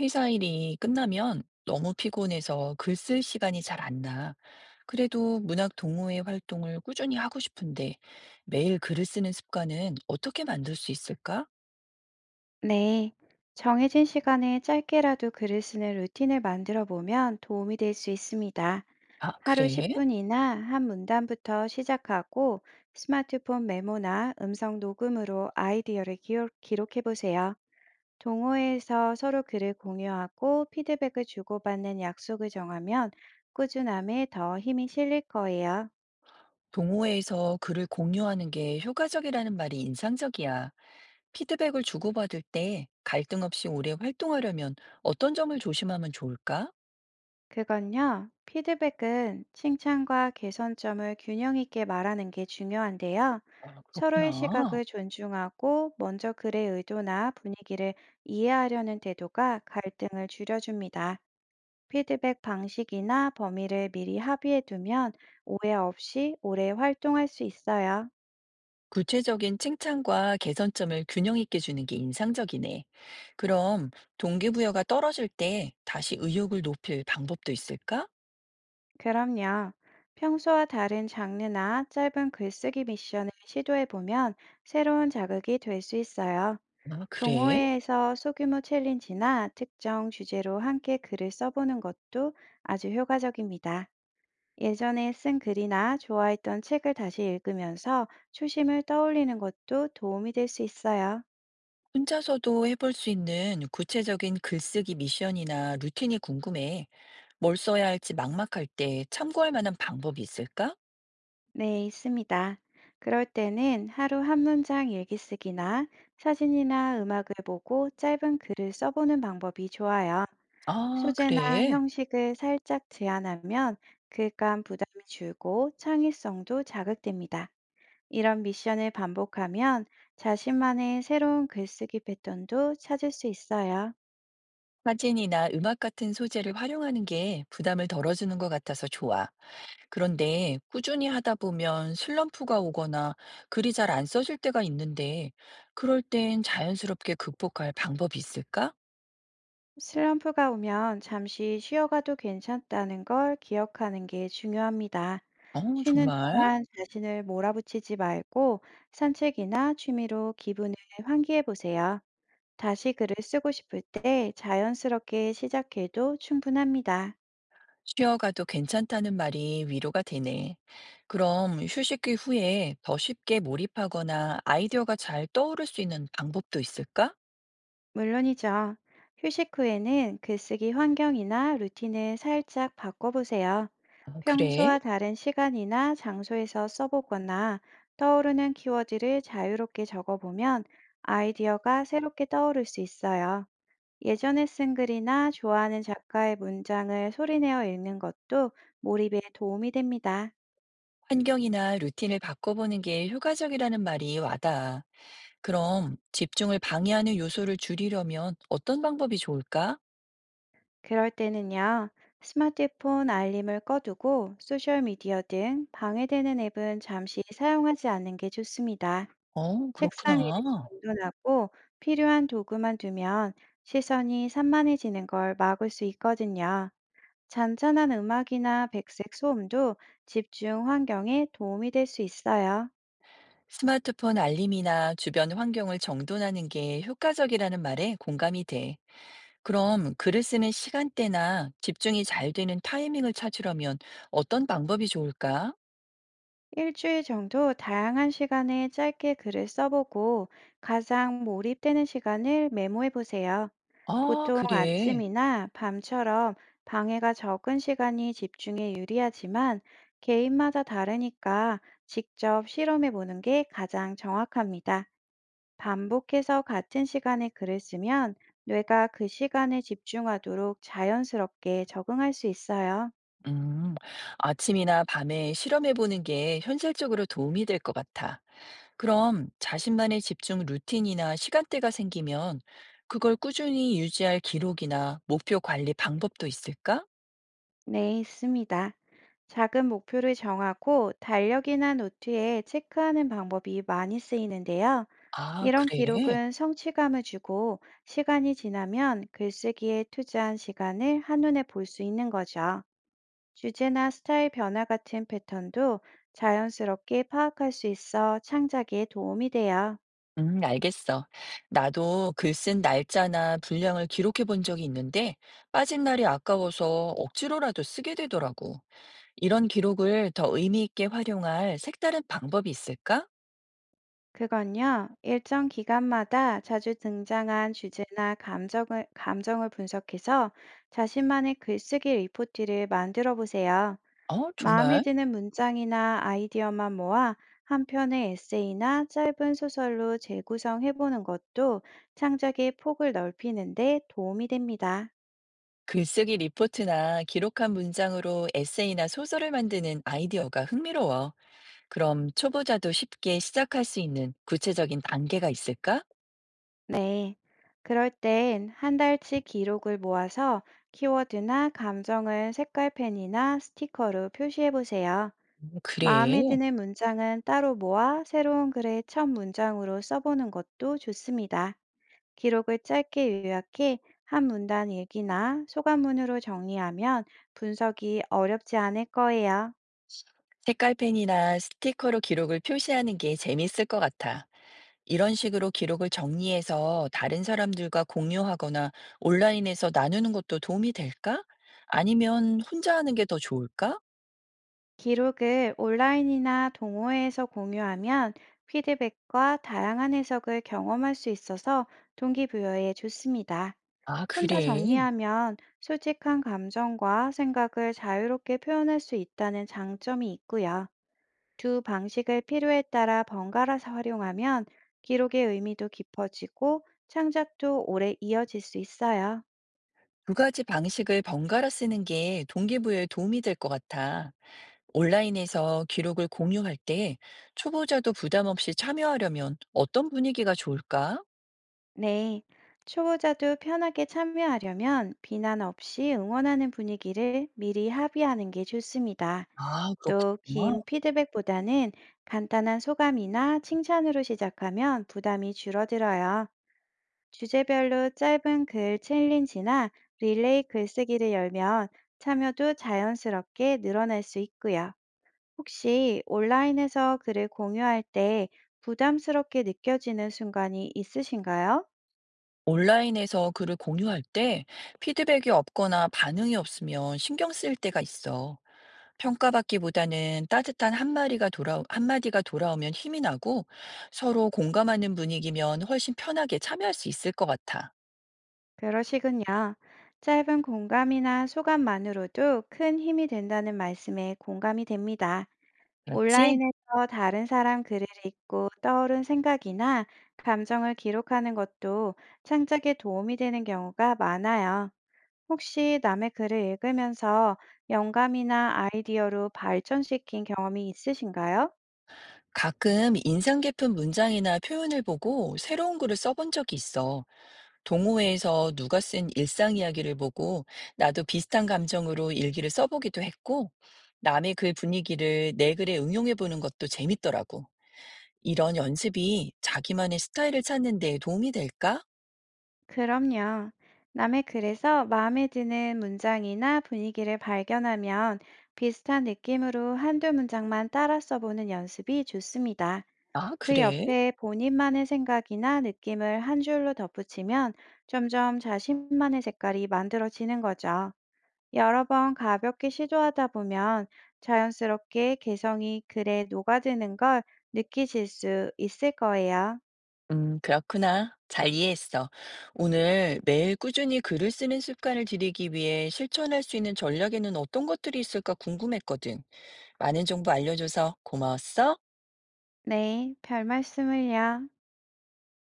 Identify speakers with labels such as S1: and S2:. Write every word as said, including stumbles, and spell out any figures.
S1: 회사 일이 끝나면 너무 피곤해서 글 쓸 시간이 잘 안 나. 그래도 문학 동호회 활동을 꾸준히 하고 싶은데 매일 글을 쓰는 습관은 어떻게 만들 수 있을까?
S2: 네, 정해진 시간에 짧게라도 글을 쓰는 루틴을 만들어 보면 도움이 될 수 있습니다.
S1: 아,
S2: 하루
S1: 그래?
S2: 십 분이나 한 문단부터 시작하고 스마트폰 메모나 음성 녹음으로 아이디어를 기록, 해 보세요. 동호회에서 서로 글을 공유하고 피드백을 주고받는 약속을 정하면 꾸준함에 더 힘이 실릴 거예요.
S1: 동호회에서 글을 공유하는 게 효과적이라는 말이 인상적이야. 피드백을 주고받을 때 갈등 없이 오래 활동하려면 어떤 점을 조심하면 좋을까?
S2: 그건요, 피드백은 칭찬과 개선점을 균형 있게 말하는 게 중요한데요.
S1: 아,
S2: 서로의
S1: 그렇구나.
S2: 시각을 존중하고 먼저 글의 의도나 분위기를 이해하려는 태도가 갈등을 줄여줍니다. 피드백 방식이나 범위를 미리 합의해 두면 오해 없이 오래 활동할 수 있어요.
S1: 구체적인 칭찬과 개선점을 균형 있게 주는 게 인상적이네. 그럼 동기부여가 떨어질 때 다시 의욕을 높일 방법도 있을까?
S2: 그럼요. 평소와 다른 장르나 짧은 글쓰기 미션을 시도해 보면 새로운 자극이 될 수 있어요.
S1: 아, 그래?
S2: 동호회에서 소규모 챌린지나 특정 주제로 함께 글을 써보는 것도 아주 효과적입니다. 예전에 쓴 글이나 좋아했던 책을 다시 읽으면서 초심을 떠올리는 것도 도움이 될 수 있어요.
S1: 혼자서도 해볼 수 있는 구체적인 글쓰기 미션이나 루틴이 궁금해. 뭘 써야 할지 막막할 때 참고할 만한 방법이 있을까?
S2: 네, 있습니다. 그럴 때는 하루 한 문장 일기쓰기나 사진이나 음악을 보고 짧은 글을 써보는 방법이 좋아요.
S1: 아,
S2: 소재나
S1: 그래.
S2: 형식을 살짝 제한하면 글감 부담이 줄고 창의성도 자극됩니다. 이런 미션을 반복하면 자신만의 새로운 글쓰기 패턴도 찾을 수 있어요.
S1: 사진이나 음악 같은 소재를 활용하는 게 부담을 덜어주는 것 같아서 좋아. 그런데 꾸준히 하다 보면 슬럼프가 오거나 글이 잘 안 써질 때가 있는데, 그럴 땐 자연스럽게 극복할 방법이 있을까?
S2: 슬럼프가 오면 잠시 쉬어가도 괜찮다는 걸 기억하는 게 중요합니다.
S1: 어,
S2: 쉬는
S1: 정말?
S2: 동안 자신을 몰아붙이지 말고 산책이나 취미로 기분을 환기해 보세요. 다시 글을 쓰고 싶을 때 자연스럽게 시작해도 충분합니다.
S1: 쉬어가도 괜찮다는 말이 위로가 되네. 그럼 휴식기 후에 더 쉽게 몰입하거나 아이디어가 잘 떠오를 수 있는 방법도 있을까?
S2: 물론이죠. 휴식 후에는 글쓰기 환경이나 루틴을 살짝 바꿔보세요.
S1: 어, 그래?
S2: 평소와 다른 시간이나 장소에서 써보거나 떠오르는 키워드를 자유롭게 적어보면 아이디어가 새롭게 떠오를 수 있어요. 예전에 쓴 글이나 좋아하는 작가의 문장을 소리내어 읽는 것도 몰입에 도움이 됩니다.
S1: 환경이나 루틴을 바꿔보는 게 효과적이라는 말이 와닿아. 그럼 집중을 방해하는 요소를 줄이려면 어떤 방법이 좋을까?
S2: 그럴 때는요, 스마트폰 알림을 꺼두고 소셜미디어 등 방해되는 앱은 잠시 사용하지 않는 게 좋습니다.
S1: 어,
S2: 책상 위를
S1: 그렇구나.
S2: 정돈하고 필요한 도구만 두면 시선이 산만해지는 걸 막을 수 있거든요. 잔잔한 음악이나 백색 소음도 집중 환경에 도움이 될 수 있어요.
S1: 스마트폰 알림이나 주변 환경을 정돈하는 게 효과적이라는 말에 공감이 돼. 그럼 글을 쓰는 시간대나 집중이 잘 되는 타이밍을 찾으려면 어떤 방법이 좋을까?
S2: 일주일 정도 다양한 시간에 짧게 글을 써보고 가장 몰입되는 시간을 메모해 보세요.
S1: 아,
S2: 보통
S1: 그래.
S2: 아침이나 밤처럼 방해가 적은 시간이 집중에 유리하지만 개인마다 다르니까 직접 실험해 보는 게 가장 정확합니다. 반복해서 같은 시간에 글을 쓰면 뇌가 그 시간에 집중하도록 자연스럽게 적응할 수 있어요.
S1: 음, 아침이나 밤에 실험해보는 게 현실적으로 도움이 될 것 같아. 그럼 자신만의 집중 루틴이나 시간대가 생기면 그걸 꾸준히 유지할 기록이나 목표 관리 방법도 있을까?
S2: 네, 있습니다. 작은 목표를 정하고 달력이나 노트에 체크하는 방법이 많이 쓰이는데요.
S1: 아,
S2: 이런
S1: 그래.
S2: 기록은 성취감을 주고 시간이 지나면 글쓰기에 투자한 시간을 한눈에 볼 수 있는 거죠. 주제나 스타일 변화 같은 패턴도 자연스럽게 파악할 수 있어 창작에 도움이 돼요.
S1: 음, 알겠어. 나도 글 쓴 날짜나 분량을 기록해 본 적이 있는데 빠진 날이 아까워서 억지로라도 쓰게 되더라고. 이런 기록을 더 의미 있게 활용할 색다른 방법이 있을까?
S2: 그건요, 일정 기간마다 자주 등장한 주제나 감정을, 감정을 분석해서 자신만의 글쓰기 리포트를 만들어 보세요.
S1: 어,
S2: 마음에
S1: 정말?
S2: 드는 문장이나 아이디어만 모아 한 편의 에세이나 짧은 소설로 재구성해 보는 것도 창작의 폭을 넓히는데 도움이 됩니다.
S1: 글쓰기 리포트나 기록한 문장으로 에세이나 소설을 만드는 아이디어가 흥미로워. 그럼 초보자도 쉽게 시작할 수 있는 구체적인 단계가 있을까?
S2: 네. 그럴 땐 한 달치 기록을 모아서 키워드나 감정은 색깔펜이나 스티커로 표시해 보세요.
S1: 음, 그래.
S2: 마음에 드는 문장은 따로 모아 새로운 글의 첫 문장으로 써보는 것도 좋습니다. 기록을 짧게 요약해 한 문단 일기나 소감문으로 정리하면 분석이 어렵지 않을 거예요.
S1: 색깔펜이나 스티커로 기록을 표시하는 게 재밌을 것 같아. 이런 식으로 기록을 정리해서 다른 사람들과 공유하거나 온라인에서 나누는 것도 도움이 될까? 아니면 혼자 하는 게 더 좋을까?
S2: 기록을 온라인이나 동호회에서 공유하면 피드백과 다양한 해석을 경험할 수 있어서 동기부여에 좋습니다.
S1: 아,
S2: 혼자
S1: 그래.
S2: 정리하면 솔직한 감정과 생각을 자유롭게 표현할 수 있다는 장점이 있고요. 두 방식을 필요에 따라 번갈아서 활용하면 기록의 의미도 깊어지고 창작도 오래 이어질 수 있어요.
S1: 두 가지 방식을 번갈아 쓰는 게 동기부여에 도움이 될 것 같아. 온라인에서 기록을 공유할 때 초보자도 부담 없이 참여하려면 어떤 분위기가 좋을까?
S2: 네. 초보자도 편하게 참여하려면 비난 없이 응원하는 분위기를 미리 합의하는 게 좋습니다.
S1: 아,
S2: 또
S1: 그렇구나.
S2: 긴 피드백보다는 간단한 소감이나 칭찬으로 시작하면 부담이 줄어들어요. 주제별로 짧은 글 챌린지나 릴레이 글쓰기를 열면 참여도 자연스럽게 늘어날 수 있고요. 혹시 온라인에서 글을 공유할 때 부담스럽게 느껴지는 순간이 있으신가요?
S1: 온라인에서 글을 공유할 때 피드백이 없거나 반응이 없으면 신경 쓸 때가 있어. 평가받기보다는 따뜻한 한마디가 돌아 한마디가 돌아오면 힘이 나고 서로 공감하는 분위기면 훨씬 편하게 참여할 수 있을 것 같아.
S2: 그러시군요. 짧은 공감이나 소감만으로도 큰 힘이 된다는 말씀에 공감이 됩니다.
S1: 그렇지?
S2: 온라인에서 다른 사람 글을 읽고 떠오른 생각이나 감정을 기록하는 것도 창작에 도움이 되는 경우가 많아요. 혹시 남의 글을 읽으면서 영감이나 아이디어로 발전시킨 경험이 있으신가요?
S1: 가끔 인상 깊은 문장이나 표현을 보고 새로운 글을 써본 적이 있어. 동호회에서 누가 쓴 일상 이야기를 보고 나도 비슷한 감정으로 일기를 써보기도 했고, 남의 글 분위기를 내 글에 응용해 보는 것도 재밌더라고. 이런 연습이 자기만의 스타일을 찾는 데 도움이 될까?
S2: 그럼요. 남의 글에서 마음에 드는 문장이나 분위기를 발견하면 비슷한 느낌으로 한두 문장만 따라 써보는 연습이 좋습니다.
S1: 아,
S2: 그
S1: 그래?
S2: 옆에 본인만의 생각이나 느낌을 한 줄로 덧붙이면 점점 자신만의 색깔이 만들어지는 거죠. 여러 번 가볍게 시도하다 보면 자연스럽게 개성이 글에 녹아드는 걸 느끼실 수 있을 거예요.
S1: 음, 그렇구나. 잘 이해했어. 오늘 매일 꾸준히 글을 쓰는 습관을 들이기 위해 실천할 수 있는 전략에는 어떤 것들이 있을까 궁금했거든. 많은 정보 알려줘서 고마웠어.
S2: 네, 별 말씀을요.